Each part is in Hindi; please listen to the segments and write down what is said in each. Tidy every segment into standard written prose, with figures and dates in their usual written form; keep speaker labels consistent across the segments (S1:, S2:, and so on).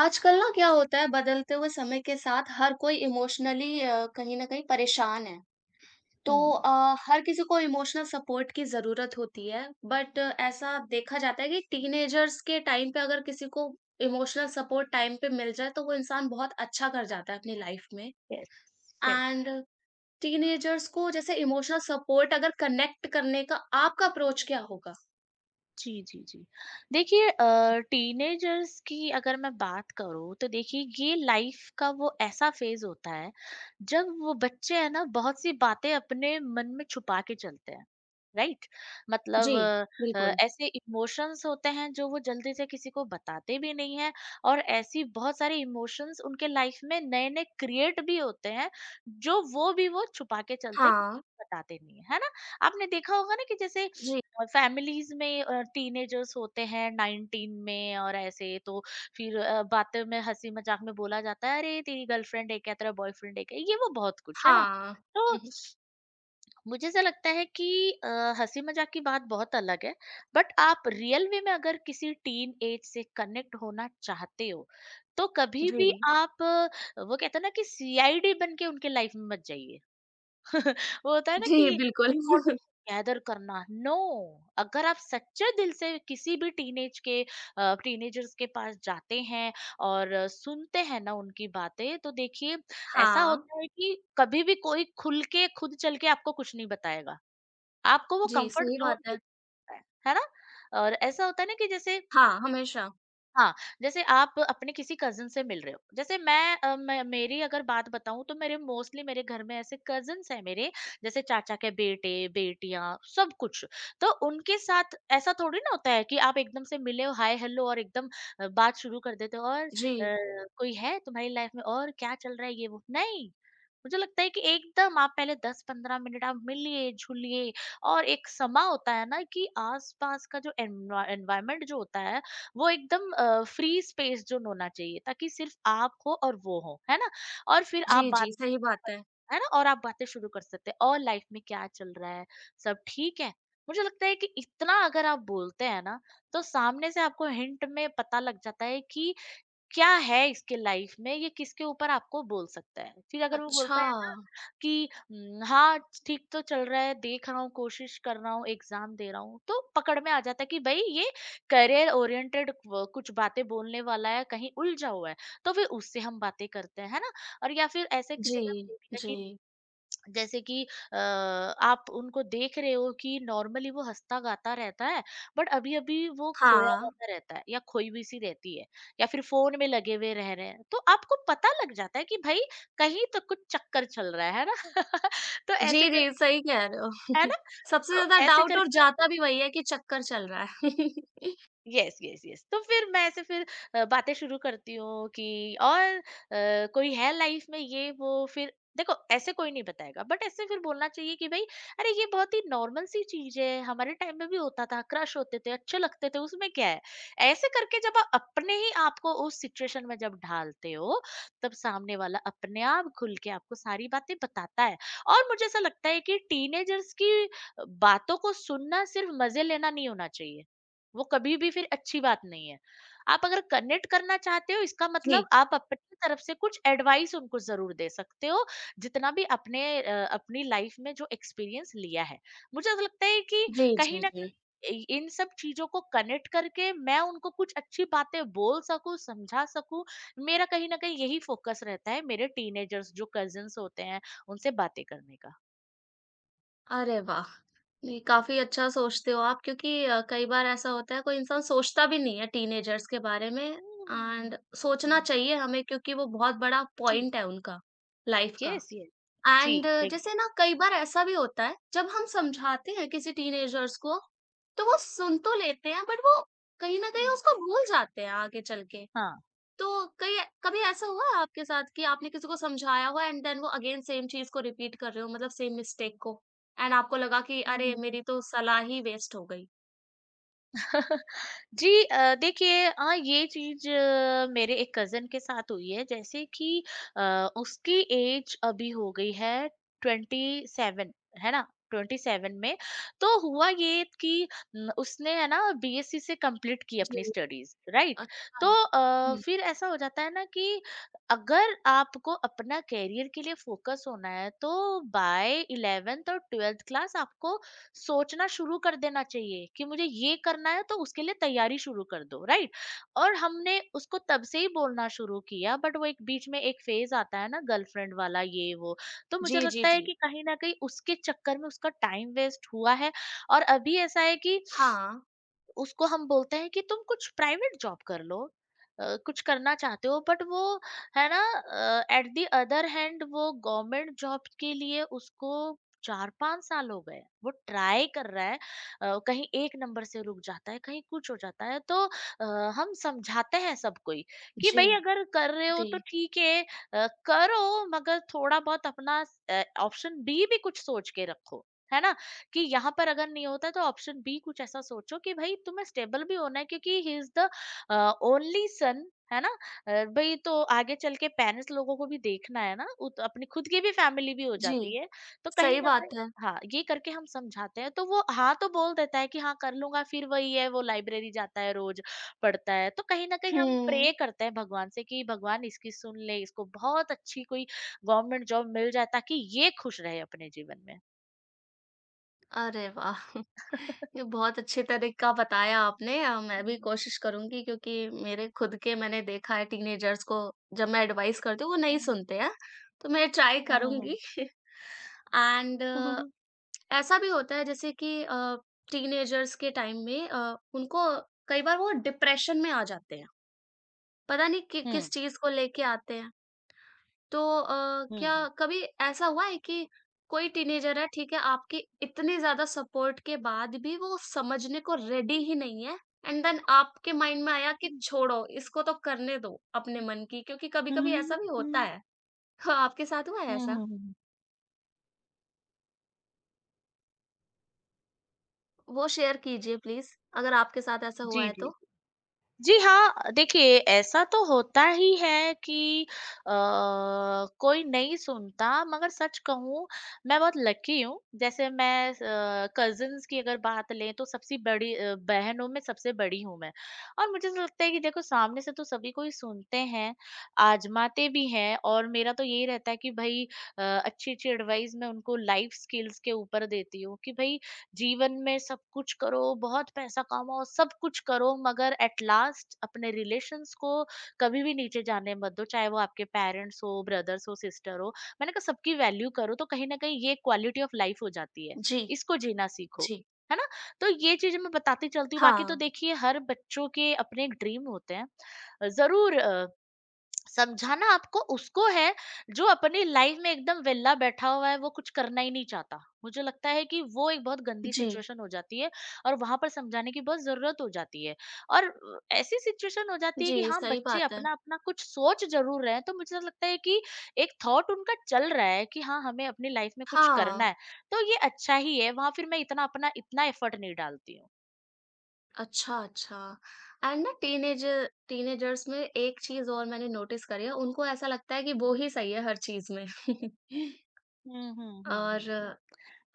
S1: आजकल ना क्या होता है बदलते हुए समय के साथ हर कोई इमोशनली कहीं न कहीं परेशान है। तो
S2: Hmm.
S1: हर किसी को इमोशनल सपोर्ट की ज़रूरत होती है बट ऐसा देखा जाता है कि टीनेजर्स के टाइम पे अगर किसी को इमोशनल सपोर्ट टाइम पे मिल जाए तो वो इंसान बहुत अच्छा कर जाता है अपनी लाइफ में।
S2: Yes. Yes.
S1: एंड टीनेजर्स को जैसे इमोशनल सपोर्ट अगर कनेक्ट करने का आपका अप्रोच क्या होगा?
S2: जी, जी, जी। देखिए टीनेजर्स की अगर मैं बात करूँ तो देखिए ये लाइफ का वो ऐसा फ़ेज़ होता है, जब वो बच्चे हैं ना बहुत सी बातें अपने मन में छुपा के चलते हैं, राइट?
S1: जी,
S2: मतलब
S1: बिल्कुल।
S2: ऐसे इमोशंस होते हैं जो वो जल्दी से किसी को बताते भी नहीं हैं और ऐसी बहुत सारे इमोशंस उनके लाइफ में नए-नए क्रिएट भी होते हैं, जो वो भी वो छुपा के चलते
S1: हाँ,
S2: बताते नहीं हैं, है ना? आपने देखा होगा ना कि जैसे
S1: जी,
S2: फैमिलीज में टीनेजर्स होते हैं 19 में, और ऐसे तो फिर बातें में हंसी मजाक में बोला जाता है, अरे तेरी गर्लफ्रेंड है क्या, तेरा बॉयफ्रेंड है क्या, ये वो बहुत कुछ, है ना।
S1: हाँ।
S2: तो
S1: हुँ,
S2: मुझे ऐसा लगता है कि अ, हंसी मजाक की बात बहुत अलग है, बट आप रियल वे में अगर किसी टीन एज से कनेक्ट होना चाहते हो, तो
S1: हुँ।
S2: कभी
S1: जी,
S2: भी आप वो कहते हैं ना कि सीआईडी बन के उनके लाइफ में मत जाइए। वो होता है ना
S1: जी
S2: कि
S1: बिल्कुल।
S2: इन्फॉर्मेशन गैदर करना, नो। अगर आप सच्चे दिल से किसी भी टीनेज के टीनेजर्स के पास जाते हैं और सुनते हैं ना उनकी बातें, तो देखिए ऐसा
S1: हाँ,
S2: होता है कि कभी भी कोई खुल के खुद चल के आपको कुछ नहीं बताएगा, आपको वो
S1: जी,
S2: कंफर्ट
S1: सही
S2: जोन
S1: बात है।
S2: देता है है ना। और ऐसा होता है ना कि जैसे
S1: हाँ, हमेशा।
S2: हाँ, जैसे आप अपने किसी कज़िन से मिल रहे हो। जैसे मैं मेरी अगर बात बताऊँ तो मेरे मोस्टली मेरे घर में ऐसे कज़िन्स हैं मेरे, जैसे चाचा के बेटे, बेटियाँ सब कुछ। तो उनके साथ ऐसा थोड़ी ना होता है कि आप एकदम से मिले हो, हाय हेलो और एकदम बात शुरू कर देते हो और
S1: जी,
S2: कोई है तुम्हारी लाइफ़ में और क्या चल रहा है ये वो? नहीं, मुझे लगता है कि एकदम आप पहले 10-15 मिनट आप मिलिए, झूलिए और एक समा होता है ना कि आस-पास का जो एनवायरनमेंट जो होता है वो एकदम फ्री स्पेस जोन होना चाहिए, ताकि सिर्फ आप हो और वो हो, है ना? और फिर आप
S1: जी,
S2: बात,
S1: जी, सही बात है।
S2: है ना? और आप बातें शुरू कर सकते हैं, और लाइफ में क्या चल रहा है? सब ठीक है? मुझे लगता है कि इतना अगर आप बोलते हैं ना, तो सामने से आपको हिंट में पता लग जाता है कि क्या है इसके लाइफ में, ये किसके ऊपर आपको बोल सकता है। फिर अगर वो
S1: अच्छा,
S2: बोलता है ना कि हाँ, ठीक तो चल रहा है, देख रहा हूँ, कोशिश कर रहा हूँ, एग्ज़ाम दे रहा हूँ, तो पकड़ में आ जाता है कि भई ये करियर ओरिएंटेड व कुछ बातें बोलने वाला है, कहीं उलझा हुआ है, तो फिर उससे हम बातें करते हैं, है ना? और या फिर ऐसे किसी
S1: जी,
S2: ने बोल दिया
S1: जी।
S2: कि जैसे कि आप उनको देख रहे हो कि नॉर्मली वो हँसता गाता रहता है, बट अभी अभी वो खोया
S1: हाँ,
S2: हुआ रहता है या खोई हुई सी रहती है, या फिर फोन में लगे हुए रह रहे हैं, तो आपको पता लग जाता है कि भाई कहीं तो कुछ चक्कर चल रहा है ना। तो ऐसे
S1: जी,
S2: कर
S1: जी, सही कह रहे हो।
S2: है ना,
S1: सबसे
S2: तो
S1: ज़्यादा
S2: ऐसे
S1: डाउट और
S2: करके,
S1: जाता भी वही है कि चक्कर चल रहा है।
S2: यस यस यस, तो फिर मैं ऐसे फिर बातें शुरू करती हूँ कि और कोई है लाइफ में ये वो, फिर देखो ऐसे कोई नहीं बताएगा, बट ऐसे फिर बोलना चाहिए कि भाई अरे ये बहुत ही नॉर्मल सी चीज है, हमारे टाइम में भी होता था, क्रश होते थे, अच्छे लगते थे, उसमें क्या है। ऐसे करके जब आप अपने ही आप को उस सिचुएशन में जब ढालते हो, तब सामने वाला अपने आप खुल के आपको सारी बातें बताता है। और मुझे ऐसा लगता है कि टीनेजर्स की बातों को सुनना सिर्फ मजे लेना नहीं होना चाहिए, वो कभी भी फिर अच्छी बात नहीं है। आप अगर कनेक्ट करना चाहते हो इसका मतलब
S1: जी,
S2: आप अपनी तरफ से कुछ एडवाइस उनको ज़रूर दे सकते हो, जितना भी अपनी लाइफ़ में जो एक्सपीरियंस लिया है। मुझे ऐसा लगता है कि
S1: जी, जी,
S2: कहीं न
S1: जी।
S2: कहीं इ इन सब चीज़ों को कनेक्ट करके मैं उनको कुछ अच्छी बातें बोल सकूँ, समझा सकूँ, मेरा कहीं न कहीं यही फ़ोकस रहता है, मेरे टीनेजर्स जो कज़िन्स होते हैं, उनसे बातें करने का।
S1: अरे वाह! ये काफ़ी अच्छा सोचते हो आप क्योंकि कई बार ऐसा होता है कोई इंसान सोचता भी नहीं है टीनेजर्स के बारे में।
S2: हुँ।
S1: एंड सोचना चाहिए हमें क्योंकि वो बहुत बड़ा
S2: जी,
S1: पॉइंट है उनका, लाइफ़ का।
S2: Yes, yes. जी,
S1: एंड
S2: एकदम।
S1: जैसे ना कई बार ऐसा भी होता है जब हम समझाते हैं किसी टीनेजर्स को तो वो सुन तो लेते हैं बट वो कहीं ना कहीं
S2: हुँ।
S1: उसको भूल जाते हैं आगे चल के।
S2: हाँ।
S1: तो कई कभी ऐसा हुआ है आपके साथ कि आपने किसी को समझाया हो एंड देन वो अगेन सेम चीज को रिपीट कर रहे हो मतलब सेम मिस्टेक को, एंड आपको लगा कि
S2: हुँ,
S1: अरे
S2: हुँ, हुँ।
S1: मेरी तो सलाह ही वेस्ट हो गई।
S2: जी देखिए ये चीज़ मेरे एक कज़न के साथ हुई है, जैसे कि उसकी एज अभी हो गई है 27, है ना? 27 में। तो हुआ ये कि उसने है ना बीएससी से कंप्लीट की अपनी
S1: जी,
S2: स्टडीज़, राइट?
S1: अच्छा,
S2: तो
S1: हम्म।
S2: फिर ऐसा हो जाता है ना कि अगर आपको अपना करियर के लिए फ़ोकस होना है तो बाय 11th और 12th क्लास आपको सोचना शुरू कर देना चाहिए कि मुझे ये करना है, तो उसके लिए तैयारी शुरू कर दो, राइट। और हमने उसको तब से ही बोलना शुरू किया, बट वो एक बीच में एक फेज आता है ना गर्लफ्रेंड वाला ये वो। तो
S1: जी,
S2: मुझे
S1: जी,
S2: लगता है
S1: जी,
S2: कि कहीं ना कहीं उसके चक्कर में उसका टाइम वेस्ट हुआ है। और अभी ऐसा है कि
S1: हाँ,
S2: उसको हम बोलते हैं कि तुम कुछ प्राइवेट जॉब कर लो, कुछ करना चाहते हो बट वो, है ना, एट द अदर हैंड वो गवर्नमेंट जॉब के लिए उसको 4-5 साल हो गए वो ट्राई कर रहा है। कहीं एक नंबर से रुक जाता है, कहीं कुछ हो जाता है, तो अ, हम समझाते हैं सबको ही कि
S1: जी,
S2: भाई अगर कर रहे हो
S1: जी,
S2: तो ठीक है, करो, मगर थोड़ा बहुत अपना ऑप्शन बी भी कुछ सोच के रखो, है ना, कि यहाँ पर अगर नहीं होता तो ऑप्शन बी कुछ ऐसा सोचो कि भाई तुम्हें स्टेबल भी होना है, क्योंकि he is the only son, है ना। भाई तो आगे चल के पेरेंट्स लोगों को भी देखना है ना, अपनी खुद की भी फैमिली भी हो
S1: जी,
S2: जाती है, तो कहीं
S1: सही
S2: ना कहीं
S1: बात है।
S2: हाँ, ये करके हम समझाते हैं, तो वो हाँ तो बोल देता है कि हाँ कर लूंगा, फिर वही है, वो लाइब्रेरी जाता है रोज पढ़ता है। तो कहीं ना कहीं हम
S1: हम्म।
S2: प्रे करते हैं भगवान से कि भगवान इसकी सुन ले, इसको बहुत अच्छी कोई गवर्नमेंट जॉब मिल जाए ताकि ये खुश रहे अपने जीवन में।
S1: अरे वाह! ये बहुत अच्छे तरीका बताया आपने। मैं भी कोशिश करूँगी क्योंकि मेरे खुद के मैंने देखा है टीनेजर्स को, जब मैं एडवाइस करती हूँ, वो नहीं
S2: हम्म,
S1: सुनते हैं, तो मैं ट्राई
S2: हुँ, हुँ,
S1: करूँगी।
S2: हुँ।
S1: एंड ऐसा भी होता है जैसे कि टीनेजर्स के टाइम में उनको कई बार वो डिप्रेशन में आ जाते हैं, पता नहीं कि किस
S2: हुँ,
S1: चीज़ को लेके आते हैं। तो
S2: हुँ,
S1: क्या
S2: हुँ।
S1: कभी ऐसा हुआ है कि कोई टीनेजर है, ठीक है, आपकी इतनी ज़्यादा सपोर्ट के बाद भी वो समझने को रेडी ही नहीं है, एंड देन आपके माइंड में आया कि
S2: हुँ,
S1: छोड़ो, इसको तो करने दो अपने मन की, क्योंकि कभी-कभी ऐसा
S2: हुँ,
S1: भी होता
S2: हुँ।
S1: है। तो आपके साथ हुआ है
S2: हुँ, हुँ,
S1: ऐसा?
S2: हुँ, हुँ।
S1: वो शेयर कीजिए प्लीज़, अगर आपके साथ ऐसा हुआ
S2: जी,
S1: है तो।
S2: जी। जी हाँ, देखिए ऐसा तो होता ही है कि अ, कोई नहीं सुनता, मगर सच कहूँ मैं बहुत लकी हूँ। जैसे मैं कज़िन्स की अगर बात लें तो सबसे बड़ी बहनों में सबसे बड़ी हूँ मैं। और मुझे ऐसा लगता है कि देखो सामने से तो सभी को ही सुनते हैं, आज़माते भी हैं, और मेरा तो यही रहता है कि भई अच्छी-अच्छी एडवाइस मैं उनको लाइफ़ स्किल्स के ऊपर देती हूँ कि भई जीवन में सब कुछ करो, बहुत पैसा कमाओ, सब कुछ करो, मगर एट लास्ट अपने रिलेशंस को कभी भी नीचे जाने मत दो, चाहे वो आपके पेरेंट्स हो, ब्रदर्स हो, सिस्टर हो। मैंने कहा सबकी वैल्यू करो, तो कहीं न कहीं ये क्वालिटी ऑफ लाइफ हो जाती है।
S1: जी,
S2: इसको जीना सीखो।
S1: जी।
S2: है ना? तो ये चीज़ें मैं बताती चलती हूँ, बाकी तो
S1: हाँ।
S2: देखिए हर बच्चों के अपने एक ड्रीम होते हैं। ज़रूर समझाना आपको उसको है, जो अपनी लाइफ में एकदम वेला बैठा हुआ है वो कुछ करना ही नहीं चाहता, मुझे लगता है कि वो एक बहुत गंदी
S1: जी,
S2: सिचुएशन हो जाती है, और वहां पर समझाने की बहुत जरूरत हो जाती है। और ऐसी सिचुएशन हो जाती है कि
S1: जी,
S2: हाँ
S1: सही
S2: बच्चे
S1: बात है।
S2: अपना अपना कुछ सोच जरूर रहे हैं, तो मुझे लगता है कि एक थॉट उनका चल रहा है कि हाँ हमें अपनी लाइफ में कुछ करना
S1: हाँ।
S2: है, तो ये अच्छा ही है, वहां फिर मैं इतना अपना इतना एफर्ट नहीं डालती हूँ।
S1: अच्छा, अच्छा। एंड ना टीनेज टीनेजर्स में एक चीज़ और मैंने नोटिस करी है, उनको ऐसा लगता है कि वो ही सही है हर चीज़ में।
S2: हम्म, हम्म, हम्म,
S1: और
S2: हम्म,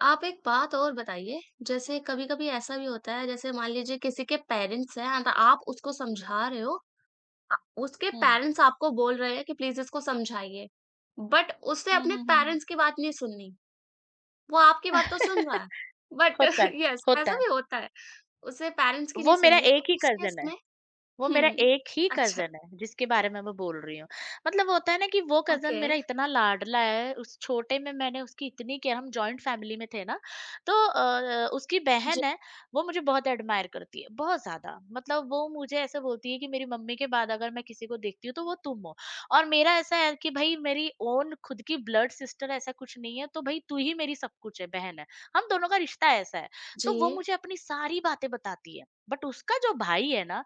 S1: आप एक बात और बताइए, जैसे कभी-कभी ऐसा भी होता है, जैसे मान लीजिए किसी के पेरेंट्स हैं एंड आप उसको समझा रहे हो, अ, उसके
S2: हम्म,
S1: पेरेंट्स आपको बोल रहे हैं कि प्लीज़ इसको समझाइए, बट उसने
S2: हम्म,
S1: अपने
S2: हम्म,
S1: पेरेंट्स की बात नहीं सुननी, वो आपकी बात तो सुन रहा
S2: हम्म।
S1: है, बट
S2: होता है,
S1: यस
S2: होता
S1: ऐसा
S2: है,
S1: भी होता है, उसे पेरेंट्स की नहीं
S2: वो मेरा
S1: सुननी है, तो
S2: एक ही
S1: उस केस
S2: कज़िन है।
S1: में।
S2: वो मेरा
S1: हुँ।
S2: एक ही
S1: अच्छा,
S2: कज़न है, जिसके बारे में मैं बोल रही हूँ। मतलब होता है ना कि वो कज़न
S1: ओके।
S2: मेरा इतना लाडला है, उस छोटे में मैंने उसकी इतनी केयर, हम जॉइंट फ़ैमिली में थे ना, तो उसकी
S1: जी,
S2: बहन है, वो मुझे बहुत एडमायर करती है, बहुत ज़्यादा। मतलब वो मुझे ऐसे बोलती है कि मेरी मम्मी के बाद अगर मैं किसी को देखती हूँ, तो वो तुम हो। और मेरा ऐसा है कि भई मेरी ओन खुद की ब्लड सिस्टर ऐसा कुछ नहीं है, तो भई तू ही मेरी सब कुछ है, बहन है। हम दोनों का रिश्ता ऐसा है। तो वो
S1: जी।
S2: मुझे अपनी सारी बातें बताती है। बट उसका जो भाई है ना,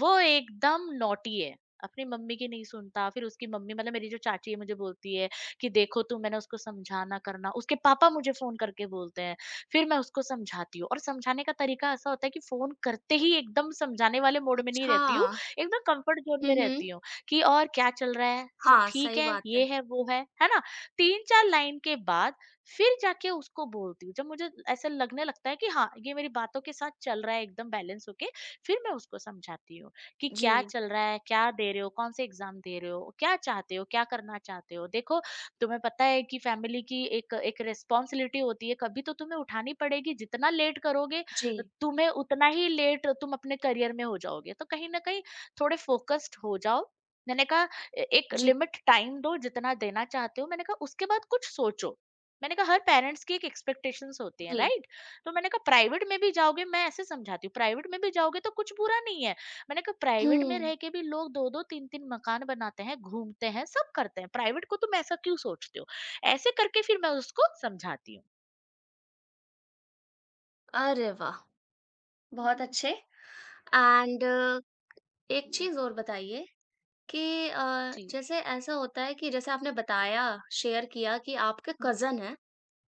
S2: वो एकदम नॉटी है, अपनी मम्मी की नहीं सुनता, फिर उसकी मम्मी मतलब मेरी जो चाची है मुझे बोलती है कि देखो तू, मैंने उसको समझाना करना, उसके पापा मुझे फोन करके बोलते हैं, फिर मैं उसको समझाती हूँ, और समझाने का तरीका ऐसा होता है कि फोन करते ही एकदम समझाने वाले मोड में नहीं
S1: अच्छा।
S2: रहती हूँ। एकदम कंफर्ट जोन
S1: हुँ,
S2: में
S1: हुँ।
S2: रहती हूँ। कि और क्या चल रहा है, सब
S1: हाँ,
S2: ठीक
S1: सही
S2: है,
S1: बात है।
S2: ये है वो है ना। तीन चार लाइन के बाद फिर जाके उसको बोलती हूँ, जब मुझे ऐसा लगने लगता है कि हाँ ये मेरी बातों के साथ चल रहा है, एकदम बैलेंस होके। फिर मैं उसको समझाती हूँ कि
S1: जी।
S2: क्या चल रहा है, क्या दे रहे हो, कौन से एग्ज़ाम दे रहे हो, क्या चाहते हो, क्या करना चाहते हो? देखो, तुम्हें पता है कि फैमिली की एक एक रिस्पॉन्सिबिलिटी होती है, कभी तो तुम्हें उठानी पड़ेगी, जितना लेट करोगे,
S1: जी,
S2: तुम्हें उतना ही लेट तुम अपने करियर में हो जाओगे। तो कहीं न कहीं थोड़े फ़ोकस्ड हो जाओ। मैंने कहा ए एक
S1: जी,
S2: लिमिट टाइम दो जितना देना चाहते हो, मैंने कहा उसके बाद कुछ सोचो। मैंने कहा हर पेरेंट्स की एक एक्सपेक्टेशंस होती हैं,
S1: जी।
S2: राइट? तो मैंने कहा प्राइवेट में भी जाओगे, मैं ऐसे समझाती हूँ, प्राइवेट में भी जाओगे तो कुछ बुरा नहीं है। मैंने कहा प्राइवेट में
S1: हुँ,
S2: रह के भी लोग दो दो तीन तीन मकान बनाते हैं, घूमते हैं, सब करते हैं। प्राइवेट को तुम ऐसा क्यों सोचते हो? ऐसे करके फिर मैं उसको समझाती हूँ।
S1: अरे वाह! बहुत अच्छे। एंड एक
S2: हम्म,
S1: चीज़ और बताइए कि
S2: जी।
S1: जैसे ऐसा होता है कि जैसे आपने बताया, शेयर किया कि आपके
S2: हम्म,
S1: कज़न हैं,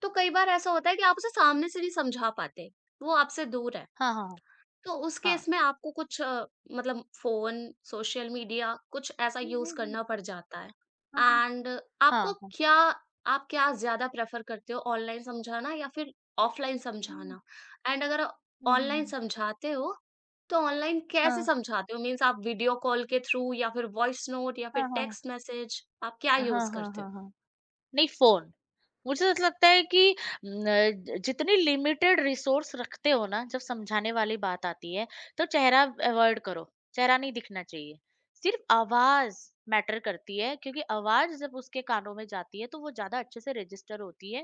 S1: तो कई बार ऐसा होता है कि आप उसे सामने से नहीं समझा पाते, वो आपसे दूर है।
S2: हाँ हाँ
S1: तो उस
S2: हाँ।
S1: केस में आपको कुछ मतलब फ़ोन, सोशल मीडिया कुछ ऐसा
S2: हम्म,
S1: यूज़
S2: हम्म,
S1: करना पड़ जाता है।
S2: हाँ हाँ
S1: एंड
S2: हाँ
S1: आपको
S2: हाँ।
S1: क्या आप क्या ज़्यादा प्रेफ़र करते हो ऑनलाइन समझाना या फिर ऑफ़लाइन
S2: हम्म,
S1: समझाना? एंड अगर
S2: हम्म, हम्म,
S1: ऑनलाइन
S2: हम्म,
S1: समझाते हो, तो ऑनलाइन कैसे
S2: हाँ
S1: समझाते हो? मीन्स आप वीडियो कॉल के थ्रू या फिर वॉइस नोट या फिर
S2: हाँ हाँ
S1: टेक्स्ट मैसेज, आप क्या
S2: हाँ
S1: यूज़
S2: हाँ
S1: करते हो?
S2: हाँ हाँ। नहीं, फोन। मुझे ऐसा लगता है कि न, जितनी लिमिटेड रिसोर्स रखते हो ना, जब समझाने वाली बात आती है, तो चेहरा अवॉइड करो। चेहरा नहीं दिखना चाहिए। सिर्फ आवाज मैटर करती है, क्योंकि आवाज जब उसके कानों में जाती है तो वो ज्यादा अच्छे से रजिस्टर होती है।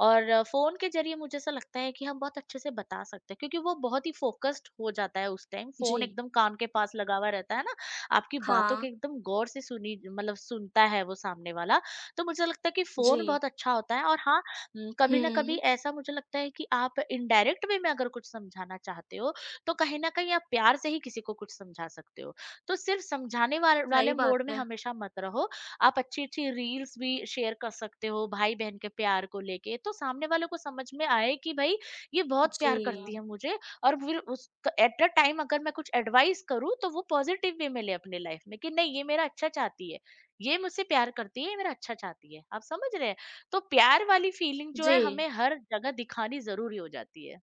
S2: और फोन के जरिए मुझे ऐसा लगता है कि हम बहुत अच्छे से बता सकते हैं, क्योंकि वो बहुत ही फोकस्ड हो जाता है, उस टाइम
S1: जी।
S2: फोन एकदम कान के पास लगा हुआ रहता है ना। आपकी बातों के
S1: हाँ,
S2: एकदम गौर से सुनी, मतलब सुनता है वो सामने वाला। तो मुझे लगता है कि फ़ोन
S1: जी।
S2: बहुत अच्छा होता है। और हाँ, कभी न कभी
S1: हुँ,
S2: ऐसा मुझे लगता है कि आप इनडायरेक्ट वे में अगर कुछ समझाना चाहते हो, तो कहीं न कहीं आप प्यार से ही किसी को कुछ समझा सकते हो। तो सिर्फ़ समझाने वाल
S1: सही
S2: वाले
S1: बात
S2: मोड में
S1: है।
S2: हमेशा मत रहो, आप अच्छी-अच्छी रील्स भी शेयर कर सकते हो भाई-बहन के प्यार को लेके, तो सामने वाले को समझ में आए कि भई ये बहुत प्यार
S1: जी,
S2: करती है मुझे। और फिर उस एट अ टाइम अगर मैं कुछ एडवाइस करूँ, तो वो पॉज़िटिव वे में ले अपने लाइफ़ में कि नहीं, ये मेरा अच्छा चाहती है। ये मुझसे प्यार करती है, ये मेरा अच्छा चाहती है। आप समझ रहे हैं? तो प्यार वाली फीलिंग जो
S1: जी।
S2: है हमें हर जगह दिखानी ज़रूरी हो जाती है।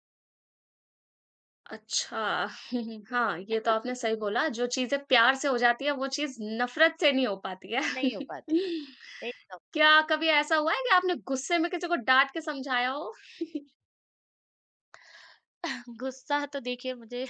S1: अच्छा। हाँ, ये तो आपने सही बोला, जो चीज़ें प्यार से हो जाती है वो चीज़ नफ़रत से नहीं हो पाती है।
S2: नहीं हो पाती है। एकदम।
S1: क्या कभी ऐसा हुआ है कि आपने गुस्से में किसी को डाँट के समझाया हो?
S2: गुस्सा तो देखिए मुझे,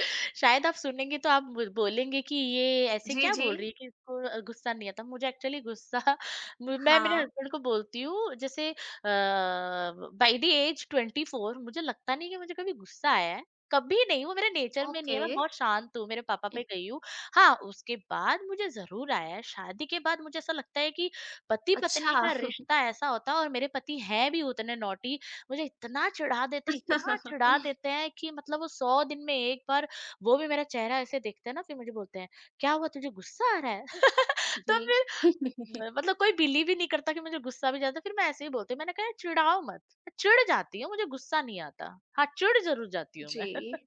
S2: शायद आप सुनेंगे तो आप बोलेंगे कि ये ऐसे
S1: जी,
S2: क्या
S1: जी।
S2: बोल रही है कि इसको गुस्सा नहीं आता। मुझे एक्चुअली गुस्सा। मैं मेरे
S1: हाँ,
S2: हस्बैंड को बोलती हूँ, जैसे बाई द एज 24 मुझे लगता नहीं कि मुझे कभी गुस्सा आया है। कभी नहीं, वो मेरे नेचर में नहीं
S1: ओके।
S2: है, मैं
S1: उ
S2: बहुत शांत हूँ, मेरे पापा पे गई हूँ। हाँ, उसके बाद मुझे जरूर आया है, शादी के बाद। मुझे ऐसा लगता है कि पति
S1: अच्छा।
S2: पत्नी का रिश्ता ऐसा होता है, और मेरे पति हैं भी उतने नौटी। मुझे इतना चिढ़ा देते हैं कि मतलब वो 100 दिन में एक बार वो भी, मेरा चेहरा ऐसे देखते हैं ना, फिर मुझे बोलते हैं, "क्या हुआ, तुझे गुस्सा आ रहा है?"
S1: जी।
S2: तो फिर मतलब कोई बिलीव ही नहीं करता कि मुझे गुस्सा भी ज़्यादा। फिर मैं ऐसे ही बोलती हूँ। मैंने कहा चिढ़ाओ मत, मैं चिढ़ जाती हूँ, मुझे गुस्सा नहीं आता। हाँ, चिढ़ ज़रूर जाती हूँ मैं।
S1: जी,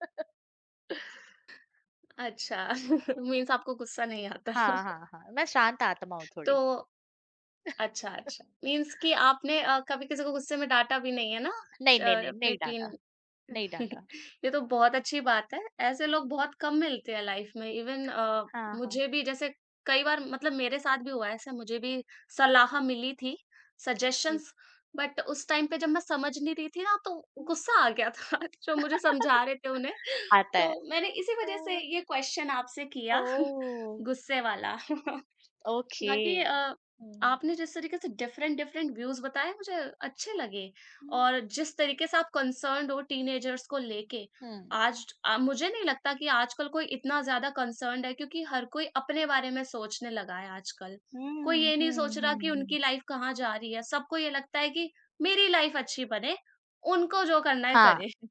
S1: अच्छा। मीन्स आपको गुस्सा नहीं आता।
S2: हाँ, हाँ, हाँ, मैं शांत आत्मा हूँ
S1: तो
S2: थोड़ी।
S1: अच्छा, अच्छा, मीन्स कि आपने कभी किसी को गुस्से में डाँटा भी नहीं है ना? च
S2: नहीं, नहीं, नहीं,
S1: अपने
S2: नहीं
S1: टीन
S2: डाँटा, नहीं डाँटा।
S1: ये तो बहुत अच्छी बात है। ऐसे लोग बहुत कम मिलते हैं लाइफ में। इवन
S2: हाँ, हाँ,
S1: मुझे भी जैसे कई बार, मतलब मेरे साथ भी हुआ है ऐसा, मुझे भी सलाह मिली थी,
S2: जी।
S1: सजेशंस, बट उस टाइम पे जब मैं समझ नहीं रही थी ना तो
S2: हुँ,
S1: गुस्सा आ गया था जो मुझे समझा रहे थे उन्हें।
S2: आता
S1: तो
S2: है।
S1: मैंने इसी वज़ह से
S2: अ,
S1: ये क्वेश्चन आपसे किया।
S2: ओह!
S1: गुस्से वाला।
S2: ओके।
S1: बाकी
S2: हुँ,
S1: आपने जिस तरीके से डिफरेंट डिफरेंट व्यूज बताए मुझे अच्छे लगे,
S2: हुँ,
S1: और जिस तरीके से आप कंसर्न्ड हो टीनेजर्स को लेके,
S2: हुँ।
S1: मुझे नहीं लगता कि आजकल कोई इतना ज्यादा कंसर्न्ड है क्योंकि हर कोई अपने बारे में सोचने लगा है आजकल। कोई
S2: हुँ,
S1: ये नहीं
S2: हुँ,
S1: सोच रहा
S2: हुँ,
S1: कि
S2: हुँ।
S1: उनकी लाइफ कहाँ जा रही है, सबको ये लगता है कि मेरी लाइफ अच्छी बने, उनको जो करना है
S2: हाँ,
S1: करे।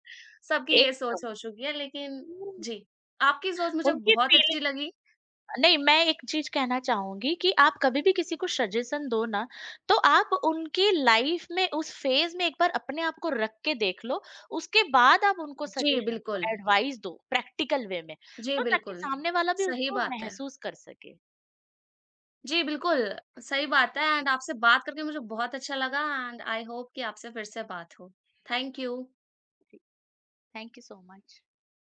S1: सबकी ये सोच
S2: एकदम।
S1: हो चुकी है, लेकिन
S2: हुँ,
S1: जी आपकी सोच मुझे
S2: उनकी
S1: बहुत अच्छी
S2: फीलिंग।
S1: लगी।
S2: नहीं, मैं एक चीज़ कहना चाहूँगी कि आप कभी भी किसी को सजेशन दो ना, तो आप उनकी लाइफ़ में उस फ़ेज़ में एक बार अपने आप को रख के देख लो, उसके बाद आप उनको
S1: जी
S2: सजेशन दो,
S1: बिल्कुल,
S2: एडवाइस दो प्रैक्टिकल वे में,
S1: जी,
S2: तो ताकि
S1: बिल्कुल।
S2: सामने वाला भी
S1: सही
S2: उसको
S1: बात है।
S2: महसूस कर सके।
S1: जी, बिल्कुल, सही बात है, एंड आपसे बात करके मुझे बहुत अच्छा लगा, एंड आई होप कि आपसे फिर से बात हो। Thank you.
S2: जी, थैंक यू सो मच।